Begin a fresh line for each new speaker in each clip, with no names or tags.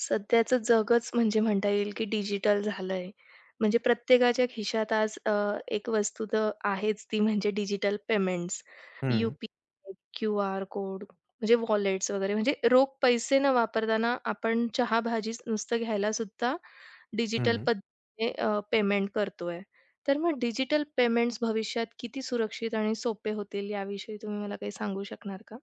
सध्याचं जगच म्हणजे म्हणता येईल, की डिजिटल झालंय. म्हणजे प्रत्येकाच्या खिशात आज एक वस्तू तर आहेच ती म्हणजे डिजिटल पेमेंट्स. यू
हं,
क्यू आर क्यूआर कोड म्हणजे वॉलेट्स वगैरे म्हणजे रोख पैसे न वापरताना आपण चहा-भाजी नुसतं घ्यायला सुद्धा डिजिटल
हं.
पद्धतीने पेमेंट करतोय. तर मग डिजिटल पेमेंट्स भविष्यात किती सुरक्षित आणि सोपे होतील याविषयी तुम्ही मला काही सांगू शकणार का?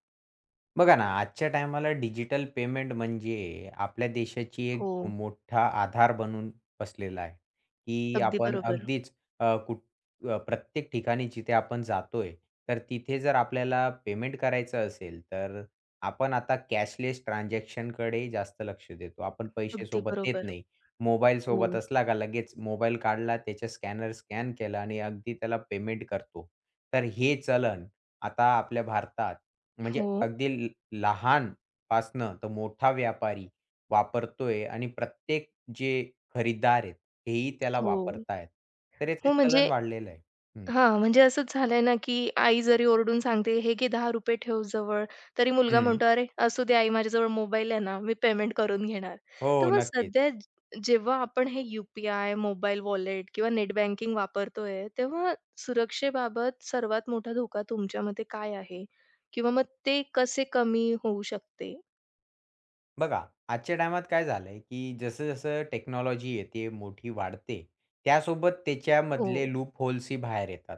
बघा ना, आजच्या टायमाला डिजिटल पेमेंट म्हणजे आपल्या देशाची
हो.
एक मोठा आधार बनून बसलेला आहे, की
अगदी
आपण
बरोबर.
अगदीच अ, कुठ अ, प्रत्येक ठिकाणी जिथे आपण जातोय, तर तिथे जर आपल्याला पेमेंट करायचं असेल, तर आपण आता कॅशलेस ट्रान्झॅक्शनकडे जास्त लक्ष देतो. आपण पैसे
अगदी
सोबत देत
बरोबर.
नाही. मोबाईल
हो,
सोबत असला का लगेच मोबाईल काढला, त्याच्या स्कॅनर स्कॅन केला आणि अगदी त्याला पेमेंट करतो. तर हे चलन आता आपल्या भारतात म्हणजे
हो.
अगदी ल लहानपासनं तर मोठा व्यापारी वापरतोय आणि प्रत्येक जे खरीदार आहेत, हेही त्याला
हो.
वापरतायत. तर याचं
हो,
चलन
म्हणजे
वाढलेलं आहे. हं,
म्हणजे असंच झालंय ना, की आई जरी ओरडून सांगते, "हे घे ₹10 ठेव जवळ." तरी मुलगा
हं.
म्हणतो, "अरे, असू दे आई, माझ्याजवळ मोबाईल आहे ना, मी पेमेंट करून घेणार." तर
हो,
मग
नक्कीच.
सध्या जेव्हा आपण हे यू पी मोबाईल वॉलेट किंवा नेट बँकिंग वापरतोय, तेव्हा सुरक्षेबाबत सर्वात मोठा धोका तुमच्या मते काय आहे? किंवा मग ते कसे कमी होऊ शकते?
बघा, आजच्या टायमात काय झालंय, की जसं-जसं टेक्नॉलॉजी येते, मोठी वाढते, त्यासोबत
हो.
त्याच्यामधले लूप होल्सही बाहेर येतात.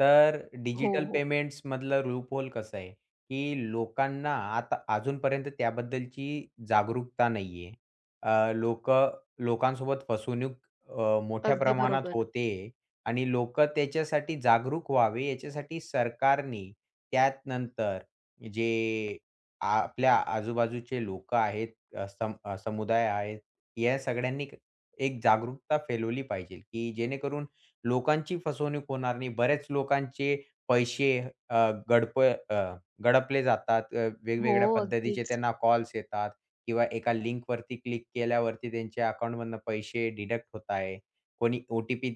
तर
हो,
डिजिटल
हो.
पेमेंट्समधलं लूप होल कसं आहे, की लोकांना आता अजूनपर्यंत त्याबद्दलची जागरूकता नाहीये. अ, लोकं लोकांसोबत फसवणूक मोठ्या
अगदी
प्रमाणात
बरोबर.
होते आणि लोकं त्याच्यासाठी जागरूक व्हावे, याच्यासाठी सरकारने त्यात नंतर जे आपल्या आजूबाजूचे लोकं आहेत, समुदाय आहेत, या सगळ्यांनी एक जागरूकता फैलवली पाहिजे, की जेणेकरून लोकांची फसवणूक होणार नाही. बरेच लोकांचे पैसे अ, गडप अ, गडपले जातात.
हो,
वेगवेगळ्या पद्धतीचे
अगदीच.
त्यांना कॉल्स येतात किंवा एका लिंकवरती क्लिक केल्यावरती त्यांच्या अकाउंटमधनं पैसे डिडक्ट होत आहे. कोणी ओ-टी-पी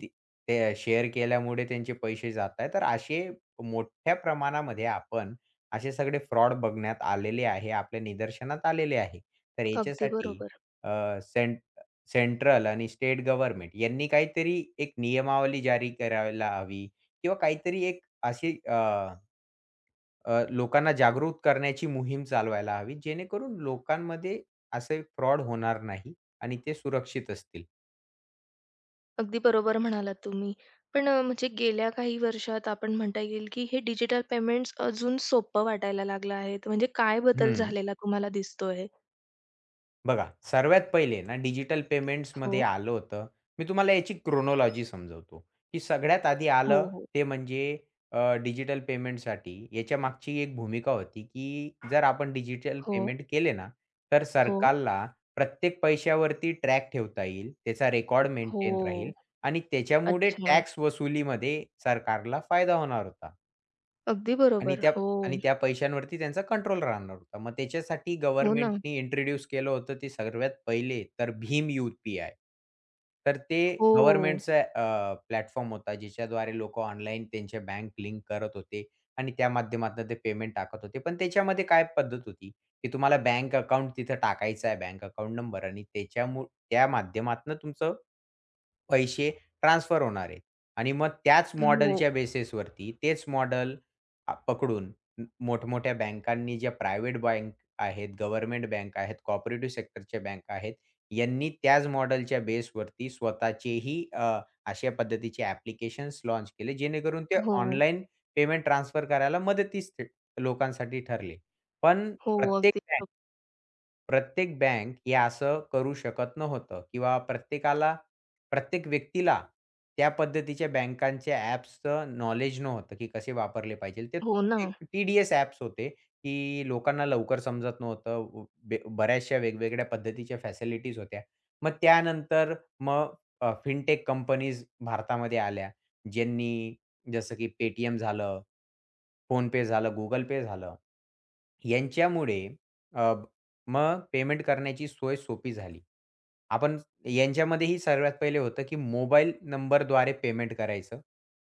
ते शेअर केल्यामुळे त्यांचे पैसे जात आहे. तर असे मोठ्या प्रमाणामध्ये आपण असे सगळे फ्रॉड बघण्यात आलेले आहे, आपल्या निदर्शनात आलेले आहे. तर
अगदी
याच्यासाठी
बरोबर.
अ, सें सेंट्रल आणि स्टेट गव्हर्नमेंट यांनी काहीतरी एक नियमावली जारी करायला हवी किंवा काहीतरी एक अशी अ, अ, लोकांना जागरूक करण्याची मोहीम चालवायला हवी, जेणेकरून लोकांमध्ये असे फ्रॉड होणार नाही आणि ते सुरक्षित असतील.
अगदी बरोबर म्हणालात तुम्ही. म्हणजे गेल्या काही वर्षात आपण म्हणता येईल, की हे डिजिटल पेमेंट्स अजून सोपं वाटायला लागलं आहे. तर म्हणजे काय बदल
हं.
झालेला तुम्हाला दिसतोय?
बघा, सर्वात पहिले ना डिजिटल पेमेंट्समध्ये
हो,
आलं होतं. मी तुम्हाला याची क्रोनॉलॉजी समजवतो, की सगळ्यात आधी आलं
हो.
ते म्हणजे डिजिटल पेमेंटसाठी याच्या मागची एक भूमिका होती, की जर आपण डिजिटल
हो,
पेमेंट केले ना, तर
हो,
सरकारला प्रत्येक पैशावरती ट्रॅक ठेवता येईल, त्याचा रेकॉर्ड
हो.
मेंटेन राहील आणि त्याच्यामुळे
अच्छा.
टॅक्स वसुलीमध्ये सरकारला फायदा होणार होता.
अगदी
आणि
बरोबर.
त्या
हो,
आणि त्या पैशांवरती त्यांचा कंट्रोल राहणार होता. मग त्याच्यासाठी
हो ना.
गव्हर्नमेंटनी इंट्रोड्यूस केलं होतं ते सर्वात पहिले तर भीम यू पी तर ते
हो,
गव्हर्नमेंटचा प्लॅटफॉर्म होता ज्याच्याद्वारे लोकं ऑनलाईन त्यांच्या बँक लिंक करत होते आणि त्या माध्यमातून ते पेमेंट टाकत होते. पण त्याच्यामध्ये काय पद्धत होती, की तुम्हाला बँक अकाउंट तिथं टाकायचा आहे, बँक अकाउंट नंबर आणि त्या माध्यमातून तुमचं पैसे ट्रान्सफर होणार आहेत आणि मग त्याच
हो,
मॉडेलच्या बेसिसवरती तेच मॉडेल पकडून मोठमोठ्या बँकांनी ज्या प्रायव्हेट बँक आहेत, गव्हर्नमेंट बँक आहेत, कोऑपरेटिव्ह सेक्टरच्या बँका आहेत, यांनी त्याच मॉडेलच्या बेसवरती स्वतःचेही अशा पद्धतीचे ॲप्लिकेशन्स लाँच केले, जेणेकरून ते
हो,
ऑनलाईन पेमेंट ट्रान्सफर करायला मदतीस लोकांसाठी ठरले. पण
हो.
प्रत्येक
अगदी बरोबर.
प्रत्येक बँक हे असं करू शकत नव्हतं किंवा प्रत्येक व्यक्तीला त्या पद्धतीच्या बँकांच्या ॲप्सचं नॉलेज नव्हतं, की कसे वापरले पाहिजे. ते
हो ना.
एक टी-डी-एस ॲप्स होते, की लोकांना लवकर समजत नव्हतं. व बे बऱ्याचशा वेगवेगळ्या पद्धतीच्या फॅसिलिटीज होत्या. मग त्यानंतर मग फिनटेक कंपनीज भारतामध्ये आल्या. ज्यांनी जसं की Paytm झालं, PhonePe झालं, Google Pay झालं. यांच्यामुळे मग पेमेंट करण्याची सोय सोपी झाली. आपण यांच्यामध्येही सर्वात पहिले होतं, की मोबाईल नंबरद्वारे पेमेंट करायचं.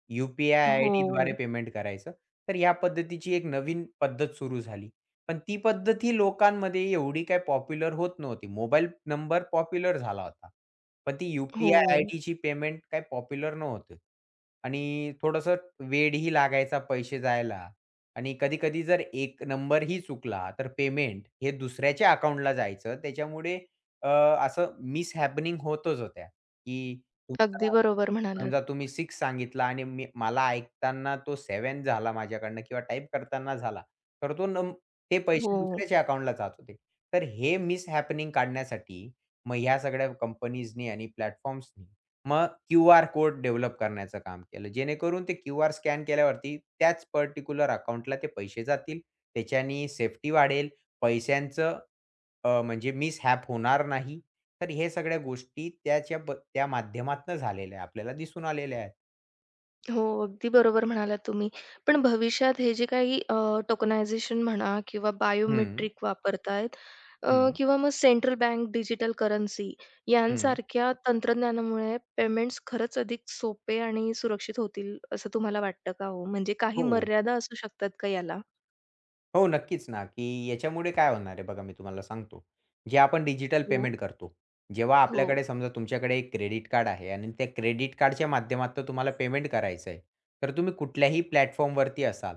यू-पी-आय अच्छा. आयडीद्वारे
हो,
पेमेंट करायचं. तर या पद्धतीची एक नवीन पद्धत सुरू झाली. पण ती पद्धत ही लोकांमध्ये एवढी काही पॉप्युलर होत नव्हती. मोबाईल नंबर पॉप्युलर झाला होता. पण ती
हो.
यू-पी-आय अच्छा. आयडीची पेमेंट काही पॉप्युलर नव्हती आणि थोडंसं वेळही लागायचा पैसे जायला. आणि कधी-कधी जर एक नंबर ही चुकला, तर पेमेंट हे दुसऱ्याच्या अकाउंटला जायचं. त्याच्यामुळे अ, असं मिसहॅपनिंग होतच होत्या, की
अगदी
तुमचा
बरोबर म्हणालात.
समजा तुम्ही 6 सांगितला आणि मला ऐकताना तो 7 झाला माझ्याकडनं किंवा टाइप करताना झाला, तर तो नं ते पैसे
हो.
दुसऱ्याच्या अकाउंटला जात होते. तर हे मिसहॅपनिंग काढण्यासाठी मग ह्या सगळ्या कंपनीजनी आणि प्लॅटफॉर्म्सनी मग क्यूआर कोड डेव्हलप करण्याचं काम केलं. जेणेकरून ते क्यूआर स्कॅन केल्यावरती त्याच पर्टिक्युलर अकाउंटला ते पैसे जातील. त्याच्यानी सेफ्टी वाढेल. पैशांचं म्हणजे मिसहॅप होणार नाही. तर हे सगळ्या गोष्टी त्या माध्यमातनं झालेल्या आहे. आपल्याला दिसून आलेल्या आहेत.
हो, अगदी बरोबर म्हणालात तुम्ही. पण भविष्यात हे जे काही टोकनायझेशन म्हणा किंवा
हं,
बायोमेट्रिक वापरतायत. अ,
हं,
किंवा मग सेंट्रल बँक डिजिटल करन्सी
हं.
यांसारख्या तंत्रज्ञानामुळे पेमेंट्स खरंच अधिक सोपे आणि सुरक्षित होतील, असं तुम्हाला वाटतं का हो? म्हणजे काही
हो.
मर्यादा असू शकतात का याला?
हो, नक्कीच ना, की याच्यामुळे काय होणार आहे बघा मी तुम्हाला सांगतो. जे आपण डिजिटल
हो.
पेमेंट करतो. जेव्हा
हो,
आपल्याकडे समजा तुमच्याकडे एक क्रेडिट कार्ड आहे आणि त्या क्रेडिट कार्डच्या माध्यमातून तुम्हाला पेमेंट करायचं आहे. तर तुम्ही कुठल्याही प्लॅटफॉर्मवरती असाल.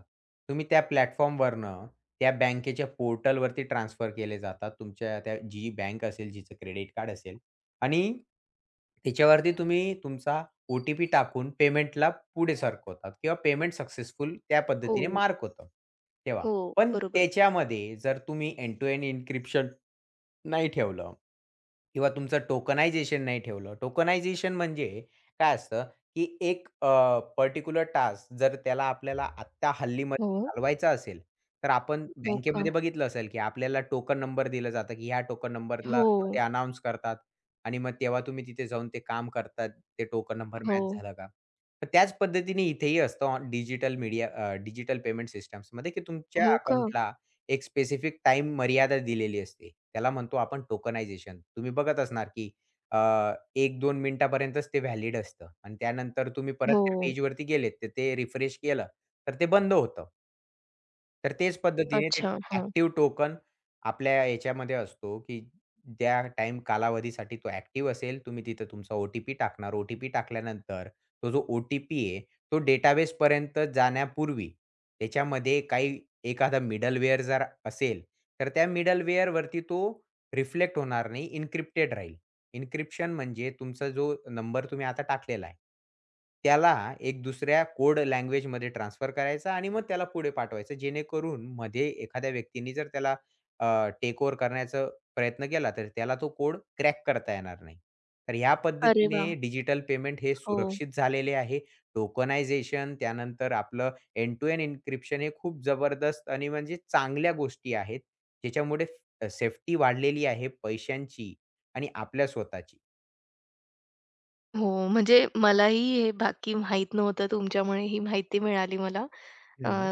तुम्ही त्या प्लॅटफॉर्मवरनं त्या बँकेच्या पोर्टलवरती ट्रान्सफर केले जातात. तुमच्या त्या जी बँक असेल, जिचं क्रेडिट कार्ड असेल आणि त्याच्यावरती तुम्ही तुमचा ओ-टी-पी टाकून पेमेंटला पुढे सरकवतात किंवा पेमेंट सक्सेसफुल त्या पद्धतीने
हो,
मार्क होतं, तेव्हा. पण
बरोबर.
त्याच्यामध्ये जर तुम्ही एंड टू एंड एन्क्रिप्शन नाही ठेवलं किंवा तुमचं टोकनायझेशन नाही ठेवलं. टोकनायझेशन म्हणजे काय असतं, की एक पर्टिक्युलर टास्क जर त्याला आपल्याला आत्ता हल्लीमध्ये
हो,
चालवायचा असेल, तर आपण
हो का?
बँकेमध्ये बघितलं असेल, की आपल्याला टोकन नंबर दिलं जातं, की ह्या टोकन नंबरला मग
हो,
ते करतात आणि मग तेव्हा तुम्ही तिथे जाऊन ते काम करतात, ते टोकन नंबर
हो,
मॅच झाला का? तर त्याच पद्धतीने इथेही असतं डिजिटल पेमेंट सिस्टम्समध्ये, की तुमच्या
हो का?
अकाउंटला एक स्पेसिफिक टाइम मर्यादा दिलेली असते. त्याला म्हणतो आपण टोकनायझेशन. तुम्ही बघत असणार, की अ, 1-2 मिनिटापर्यंतच ते व्हॅलिड असतं आणि त्यानंतर तुम्ही परत त्या
हो.
पेजवरती गेलेत, तर ते रिफ्रेश केलं, तर ते बंद होतं. तर तेच पद्धतीने ते
अच्छा. हां.
ॲक्टिव्ह टोकन आपल्या याच्यामध्ये असतो, की त्या टाईम कालावधीसाठी तो ॲक्टिव्ह असेल. तुम्ही तिथं तुमचा ओ-टी-पी टाकणार. ओ-टी-पी टाकल्यानंतर तो जो ओ-टी-पी आहे, तो डेटाबेसपर्यंत जाण्यापूर्वी त्याच्यामध्ये काही एखादा मिडलवेअर जर असेल, तर त्या मिडलवेअरवरती तो रिफ्लेक्ट होणार नाही, एन्क्रिप्टेड राहील. एन्क्रिप्शन म्हणजे तुमचा जो नंबर तुम्ही आता टाकलेला आहे, त्याला एक दुसऱ्या कोड लँग्वेजमध्ये ट्रान्सफर करायचा आणि मग त्याला पुढे पाठवायचं. जेणेकरून मध्ये एखाद्या व्यक्तीने जर त्याला टेक ओव्हर करण्याचा प्रयत्न केला, तर त्याला तो कोड क्रॅक करता येणार नाही. तर ह्या
अरे वाह!
पद्धतीने डिजिटल पेमेंट हे
हो.
सुरक्षित झालेले आहे. टोकनायझेशन त्यानंतर आपलं एंड टू एंड एन्क्रिप्शन हे खूप जबरदस्त आणि म्हणजे चांगल्या गोष्टी आहेत. ज्याच्यामुळे सेफ्टी वाढलेली आहे पैशांची आणि आपल्या स्वतःची.
हो, म्हणजे मलाही हे बाकी माहीत नव्हतं. तुमच्यामुळे ही माहिती मिळाली मला. अ,
हं,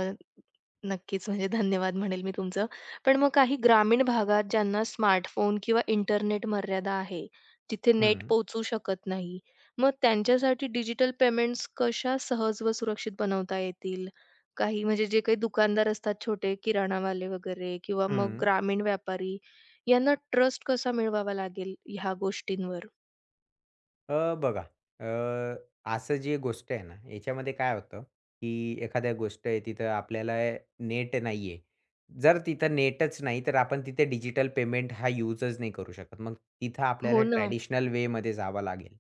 नक्कीच म्हणजे धन्यवाद म्हणेल मी तुमचं. पण मग काही ग्रामीण भागात ज्यांना स्मार्टफोन किंवा इंटरनेट मर्यादा आहे, तिथे नेट
हं,
पोहोचू शकत नाही. मग त्यांच्यासाठी डिजिटल पेमेंट्स कशा सहज व सुरक्षित बनवता येतील? काही म्हणजे जे काही दुकानदार असतात छोटे किराणावाले वगैरे किंवा मग
हं.
ग्रामीण व्यापारी यांना ट्रस्ट कसा मिळवावा लागेल ह्या गोष्टींवर?
अ, बघा अ, असं जी गोष्ट आहे ना, याच्यामध्ये काय होतं, की एखाद्या गोष्ट आहे तिथं आपल्याला नेट नाहीये. जर तिथं नेटच नाही, तर आपण तिथे डिजिटल पेमेंट हा युजच नाही करू शकत. मग तिथं
हो
आपल्याला
ना.
ट्रॅडिशनल वेमध्ये जावं लागेल.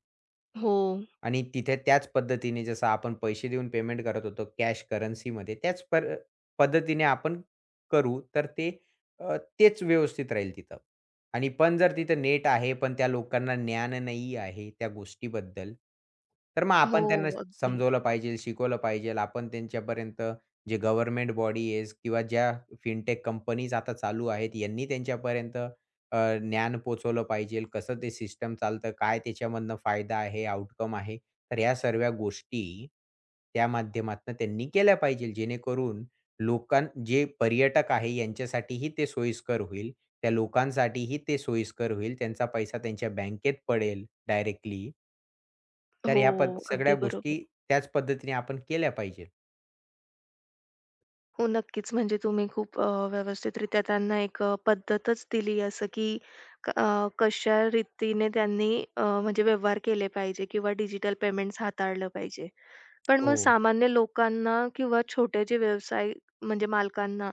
हो.
आणि तिथे त्याच पद्धतीने जसं आपण पैसे देऊन पेमेंट करत होतो कॅश करन्सीमध्ये त्याच पर पद्धतीने आपण करू तर ते तेच व्यवस्थित राहील तिथं. आणि पण जर तिथं नेट आहे, पण त्या लोकांना ज्ञान नाही आहे त्या गोष्टीबद्दल, तर मग
हो,
आपण त्यांना
अगदी.
समजवलं पाहिजे, शिकवलं पाहिजे. आपण त्यांच्यापर्यंत जे गव्हर्नमेंट बॉडीज किंवा ज्या फिनटेक कंपनीज आता चालू आहेत, यांनी त्यांच्यापर्यंत ज्ञान पोहोचवलं पाहिजे, कसं ते सिस्टम चालतं, काय त्याच्यामधनं फायदा आहे, आउटकम आहे. तर ह्या सर्व गोष्टी त्या माध्यमातून त्यांनी केल्या पाहिजे, जेणेकरून लोकां जे पर्यटक आहे यांच्यासाठीही ते सोयीस्कर होईल. त्या लोकांसाठीही ते सोयीस्कर होईल. त्यांचा पैसा त्यांच्या बँकेत पडेल डायरेक्टली. तर
हो,
ह्या सगळ्या
अगदी बरोबर.
गोष्टी त्याच पद्धतीने आपण केल्या पाहिजेत.
हो, नक्कीच. म्हणजे तुम्ही खूप व्यवस्थितरित्या त्यांना एक पद्धतच दिली असं, की कशा रीतीने त्यांनी म्हणजे व्यवहार केले पाहिजे किंवा डिजिटल पेमेंट्स हाताळलं पाहिजे. पण मग
हो.
सामान्य लोकांना किंवा छोटे जे व्यवसाय म्हणजे मालकांना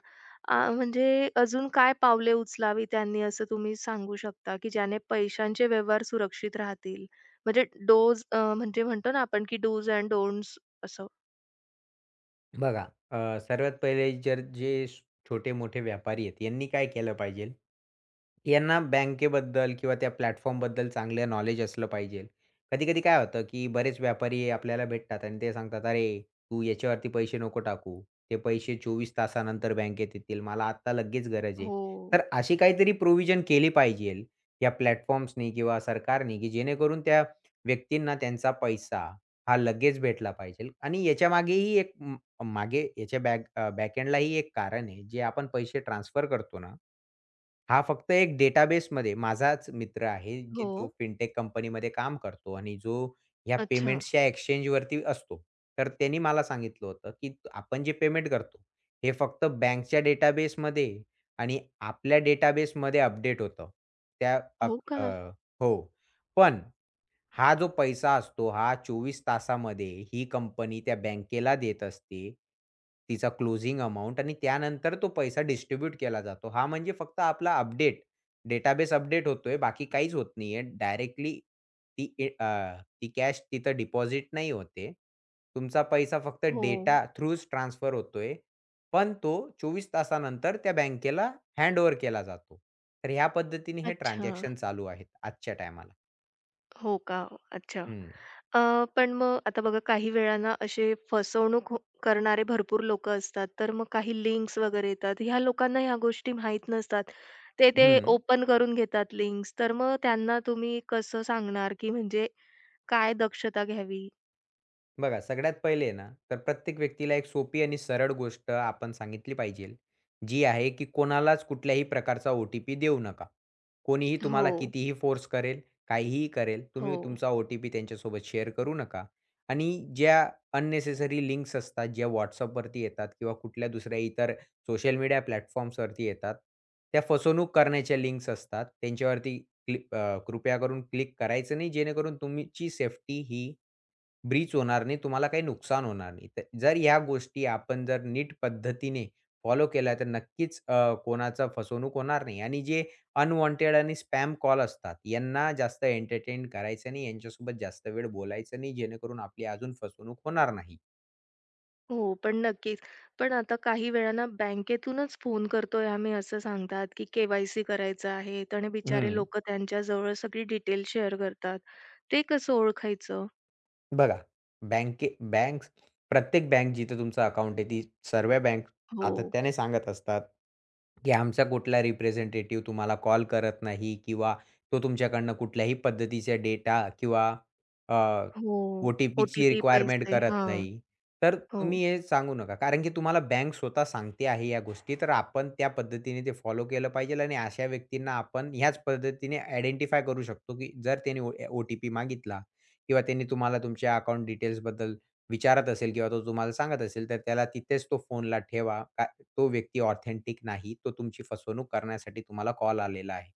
म्हणजे अजून काय पावले उचलावी त्यांनी असं तुम्ही सांगू शकता, की ज्याने पैशांचे व्यवहार सुरक्षित राहतील? म्हणजे डोज म्हणजे म्हणतो ना आपण, की डूज एंड डोंट्स असं.
बघा, सर्वात पहिले जर जे छोटे-मोठे व्यापारी आहेत, यांनी काय केलं पाहिजे? यांना बँकेबद्दल किंवा त्या प्लॅटफॉर्मबद्दल चांगलं नॉलेज असलं पाहिजे. कधी-कधी काय होतं, की बरेच व्यापारी आपल्याला भेटतात आणि ते सांगतात, "अरे, तू याच्यावरती पैसे नको टाकू. ते पैसे 24 तासानंतर बँकेत येतील. मला आत्ता लगेच गरज आहे."
हो.
तर अशी काहीतरी प्रोव्हिजन केली पाहिजे या प्लॅटफॉर्म्सनी किंवा सरकारनी, की जेणेकरून त्या व्यक्तींना त्यांचा पैसा हा लगेच भेटला पाहिजे आणि याच्या बॅकएंडलाही एक कारण आहे, जे आपण पैसे ट्रान्सफर करतो ना, हा फक्त एक डेटाबेसमध्ये माझाच मित्र आहे, की
हो.
जो फिनटेक कंपनीमध्ये काम करतो आणि जो ह्या
अच्छा.
पेमेंट्सच्या एक्सचेंजवरती असतो. तर त्यांनी मला सांगितलं होतं, की आपण जे पेमेंट करतो, हे फक्त बँकच्या डेटाबेसमध्ये आणि आपल्या डेटाबेसमध्ये अपडेट होतं. त्या अक
हो
अ,
का?
हो. पण हा जो पैसा असतो, हा 24 तासामध्ये ही कंपनी त्या बँकेला देत असते. तिचा क्लोजिंग अमाउंट आणि त्यानंतर तो पैसा डिस्ट्रिब्यूट केला जातो. हा म्हणजे फक्त आपला अपडेट, डेटाबेस अपडेट होतोय. बाकी काहीच होत नाहीये. डायरेक्टली ती कॅश तिथं डिपॉझिट नाही होते. तुमचा पैसा फक्त
हो.
डेटा थ्रूच ट्रान्सफर होतोय. पण तो 24 तासानंतर त्या बँकेला हँडओव्हर केला जातो. तर ह्या पद्धतीने हे
अच्छा.
ट्रान्झॅक्शन चालू आहेत आजच्या टायमाला.
हो का? अच्छा.
हं.
अ, पण मग आता बघा काही वेळा असे फसवणूक हो करणारे भरपूर लोकं असतात. तर मग काही लिंक्स वगैरे येतात. ह्या लोकांना ह्या गोष्टी माहीत नसतात. ते ते
हं.
ओपन करून घेतात लिंक्स. तर मग त्यांना तुम्ही कसं सांगणार की म्हणजे काय दक्षता घ्यावी?
बघा, सगळ्यात पहिले ना, तर प्रत्येक व्यक्तीला एक सोपी आणि सरळ गोष्ट आपण सांगितली पाहिजे, जी आहे की कोणालाच कुठल्याही प्रकारचा ओ-टी-पी देऊ नका. कोणीही
हो.
तुम्हाला कितीही फोर्स करेल, काहीही करेल,
हो.
तुम्ही तुमचा ओ-टी-पी त्यांच्यासोबत शेअर करू नका. आणि ज्या अननेसेसरी लिंक्स असतात, ज्या WhatsAppवरती येतात किंवा कुठल्या दुसऱ्या इतर सोशल मीडिया प्लॅटफॉर्म्सवरती येतात, त्या फसवणूक करण्याच्या लिंक्स असतात. त्यांच्यावरती क्लिक कृपया करून क्लिक करायचं नाही, जेणेकरून तुमची सेफ्टी ही ब्रीच होणार नाही, तुम्हाला काही नुकसान होणार नाही. तर जर ह्या गोष्टी आपण जर नीट पद्धतीने फॉलो केल्या, तर नक्कीच कोणाचा फसवणूक होणार नाही आणि जे अनवॉन्टेड आणि स्पॅम कॉल असतात, यांना जास्त एंटरटेन करायचं नाही, यांच्यासोबत जास्त वेळ बोलायचं नाही, जेणेकरून आपली अजून फसवणूक होणार नाही.
हो, पण नक्कीच. पण आता काही वेळा ना बँकेतूनच फोन करतोय आम्ही असं सांगतात, की के-वाय-सी करायचं आहे आणि बिचारे
हं.
लोकं त्यांच्याजवळ सगळी डिटेल शेअर करतात. ते कसं ओळखायचं?
बघा, बँके बँक प्रत्येक बँक जिथं तुमचं अकाउंट आहे, ती सर्व बँक
हो,
सातत्याने सांगत असतात, की आमचा कुठला रिप्रेझेंटेटिव्ह तुम्हाला कॉल करत नाही किंवा तो तुमच्याकडनं कुठल्याही पद्धतीचा डेटा किंवा अ,
हो.
ओ-टी-पीची
ओटीपी टी पी
रिक्वायरमेंट
पैसे.
करत
हां,
नाही. तर
हो.
तुम्ही हे सांगू नका. कारण की तुम्हाला बँक स्वतः सांगते आहे या गोष्टी, तर आपण त्या पद्धतीने ते फॉलो केलं पाहिजेल आणि अशा व्यक्तींना आपण ह्याच पद्धतीने आयडेंटिफाय करू शकतो, की जर त्याने ओ-टी-पी मागितला किंवा त्यांनी तुम्हाला तुमच्या अकाउंट डिटेल्सबद्दल विचारत असेल किंवा तो तुम्हाला सांगत असेल, तर त्याला तिथेच तो फोनला ठेवा. तो व्यक्ती ऑथेंटिक नाही. तो तुमची फसवणूक करण्यासाठी तुम्हाला कॉल आलेला आहे.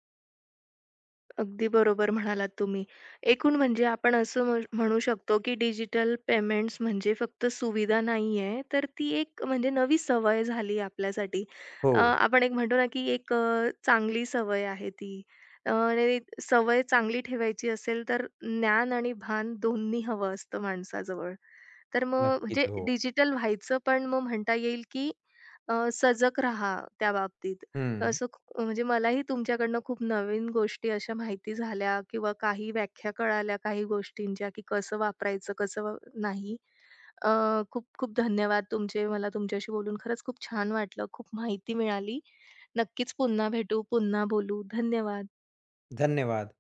अगदी बरोबर म्हणालात तुम्ही. एकूण म्हणजे आपण असं म्हणू शकतो, की डिजिटल पेमेंट्स म्हणजे फक्त सुविधा नाहीये, तर ती एक म्हणजे नवी सवय झाली आपल्यासाठी.
हो.
आपण एक म्हणतो ना, की एक चांगली सवय आहे ती. आणि सवय चांगली ठेवायची असेल, तर ज्ञान आणि भान दोन्ही हवं असतं माणसाजवळ. तर मग
नक्कीच.
म्हणजे
हो.
डिजिटल व्हायचं, पण मग म्हणता येईल की सजग राहा त्या बाबतीत.
हं.
असं म्हणजे मलाही तुमच्याकडनं खूप नवीन गोष्टी अशा माहिती झाल्या किंवा काही व्याख्या कळाल्या काही गोष्टींच्या, की कसं वापरायचं, कसं वा नाही. अ, खूप खूप धन्यवाद तुमचे. मला तुमच्याशी बोलून खरंच खूप छान वाटलं. खूप माहिती मिळाली. नक्कीच पुन्हा भेटू, पुन्हा बोलू. धन्यवाद.
धन्यवाद.